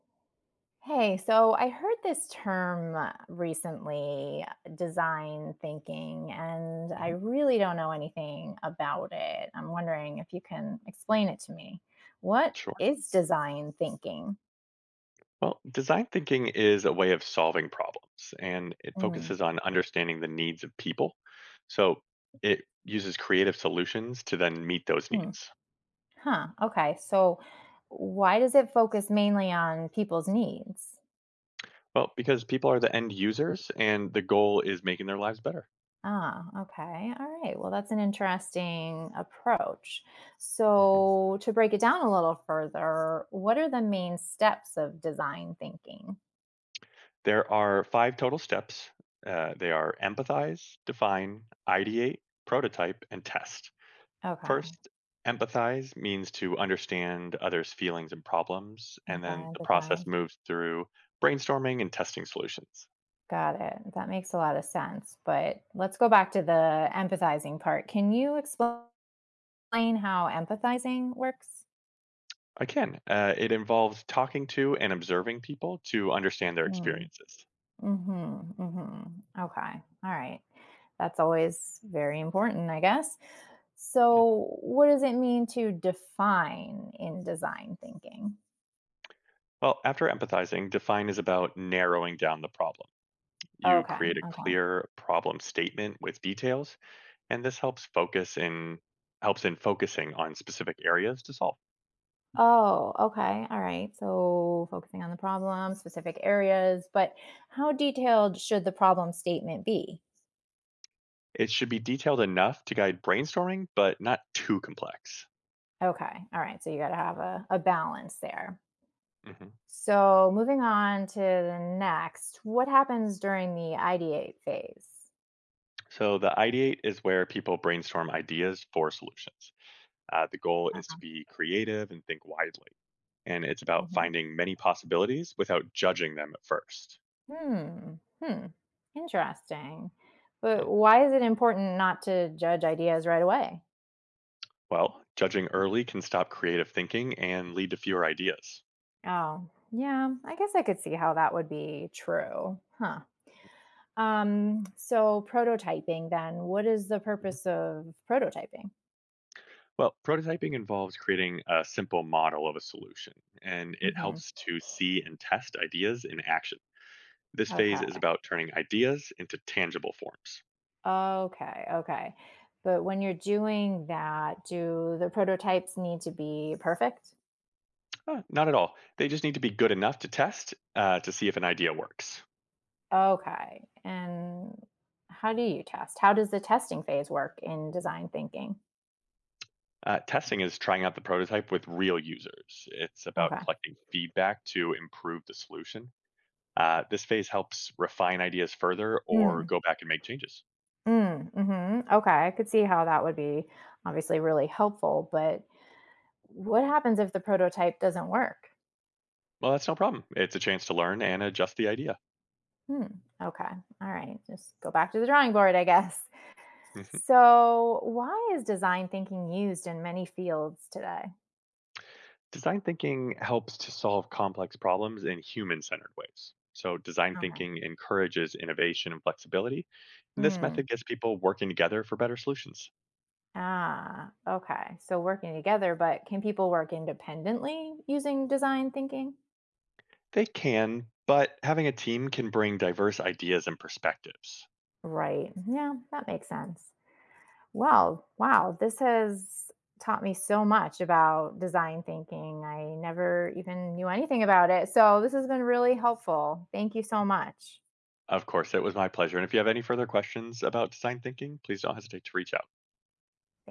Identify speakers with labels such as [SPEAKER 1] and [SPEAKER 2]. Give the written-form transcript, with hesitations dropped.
[SPEAKER 1] Hey, so I heard this term recently, design thinking, and I
[SPEAKER 2] Mhm.
[SPEAKER 1] really don't know anything about it. I'm wondering if you can explain it to me. What
[SPEAKER 2] Sure.
[SPEAKER 1] is design thinking?
[SPEAKER 2] Well, design thinking is a way of solving problems and it
[SPEAKER 1] Mm,
[SPEAKER 2] focuses on understanding the needs of people. So it uses creative solutions to then meet those
[SPEAKER 1] hmm.
[SPEAKER 2] needs.
[SPEAKER 1] Huh. Okay. So why does it focus mainly on people's needs?
[SPEAKER 2] Well, because people are the end users and the goal is making their lives better.
[SPEAKER 1] Ah, okay. All right. Well, that's an interesting approach.
[SPEAKER 2] Mhm.
[SPEAKER 1] So, to break it down a little further, what are the main steps of design thinking?
[SPEAKER 2] There are 5 total steps. They are empathize, define, ideate, prototype, and test.
[SPEAKER 1] Okay.
[SPEAKER 2] First, empathize means to understand others' feelings and problems, and then
[SPEAKER 1] Okay.
[SPEAKER 2] the process
[SPEAKER 1] Design.
[SPEAKER 2] moves through brainstorming and testing solutions.
[SPEAKER 1] Got it. That makes a lot of sense. But let's go back to the empathizing part. Can you explain how empathizing works?
[SPEAKER 2] Again, it involves talking to and observing people to understand their experiences.
[SPEAKER 1] Mhm, mhm. Okay. All right. That's always very important, I guess.
[SPEAKER 2] Mm.
[SPEAKER 1] So, what does it mean to define in design thinking?
[SPEAKER 2] Well, after empathizing, define is about narrowing down the problem. You
[SPEAKER 1] Okay.
[SPEAKER 2] create a
[SPEAKER 1] Okay.
[SPEAKER 2] clear problem statement with details, and this helps focus in helps in focusing on specific areas to solve.
[SPEAKER 1] Oh, okay. All right. So, focusing on the problem, specific areas, but how detailed should the problem statement be?
[SPEAKER 2] It should be detailed enough to guide brainstorming, but not too complex.
[SPEAKER 1] Okay. All right. So, you got to have a balance there.
[SPEAKER 2] Mhm.
[SPEAKER 1] So, moving on to the next, what happens during the ideate phase?
[SPEAKER 2] So the ideate is where people brainstorm ideas for solutions. The goal is to
[SPEAKER 1] Okay.
[SPEAKER 2] be creative and think widely. And it's about
[SPEAKER 1] Mm-hmm.
[SPEAKER 2] finding many possibilities without judging them at first.
[SPEAKER 1] Hmm, hmm, interesting. But
[SPEAKER 2] Mm.
[SPEAKER 1] why is it important not to judge ideas right away?
[SPEAKER 2] Well, judging early can stop creative thinking and lead to fewer ideas.
[SPEAKER 1] Oh, yeah, I guess I could see how that would be true. Huh. So prototyping then, what is the
[SPEAKER 2] Mhm.
[SPEAKER 1] purpose of prototyping?
[SPEAKER 2] Well, prototyping involves creating a simple model of a solution, and it
[SPEAKER 1] Hmm.
[SPEAKER 2] helps to see and test ideas in action. This phase is
[SPEAKER 1] Okay.
[SPEAKER 2] about turning ideas into tangible forms.
[SPEAKER 1] Okay. Okay. But when you're doing that, do the prototypes need to be perfect?
[SPEAKER 2] Not at all. They just need to be good enough to test to see if an idea works.
[SPEAKER 1] Okay. And how do you test? How does the testing phase work in design thinking?
[SPEAKER 2] Testing is trying out the prototype with real users. It's about
[SPEAKER 1] Okay.
[SPEAKER 2] collecting feedback to improve the solution. This phase helps refine ideas further or
[SPEAKER 1] Mm,
[SPEAKER 2] go back and make changes.
[SPEAKER 1] mm, mhm. Okay, I could see how that would be obviously really helpful, but what happens if the prototype doesn't work?
[SPEAKER 2] Well, that's no problem. It's a chance to learn and adjust the idea.
[SPEAKER 1] Hmm. Okay. All right. Just go back to the drawing board, I guess.
[SPEAKER 2] Mhm.
[SPEAKER 1] So, why is design thinking used in many fields today?
[SPEAKER 2] Design thinking helps to solve complex problems in human centered ways. So, design
[SPEAKER 1] Okay.
[SPEAKER 2] thinking encourages innovation and flexibility. And this
[SPEAKER 1] Hmm.
[SPEAKER 2] method gets people working together for better solutions.
[SPEAKER 1] Ah, okay. So working together, but can people work independently using design thinking?
[SPEAKER 2] They can, but having a team can bring diverse ideas and perspectives.
[SPEAKER 1] Right. Yeah, that makes sense. Well, wow, this has taught me so much about design thinking. I never even knew anything about it. So, this has been really helpful. Thank you so much.
[SPEAKER 2] Of course, it was my pleasure. And if you have any further questions about design thinking, please don't hesitate to reach out.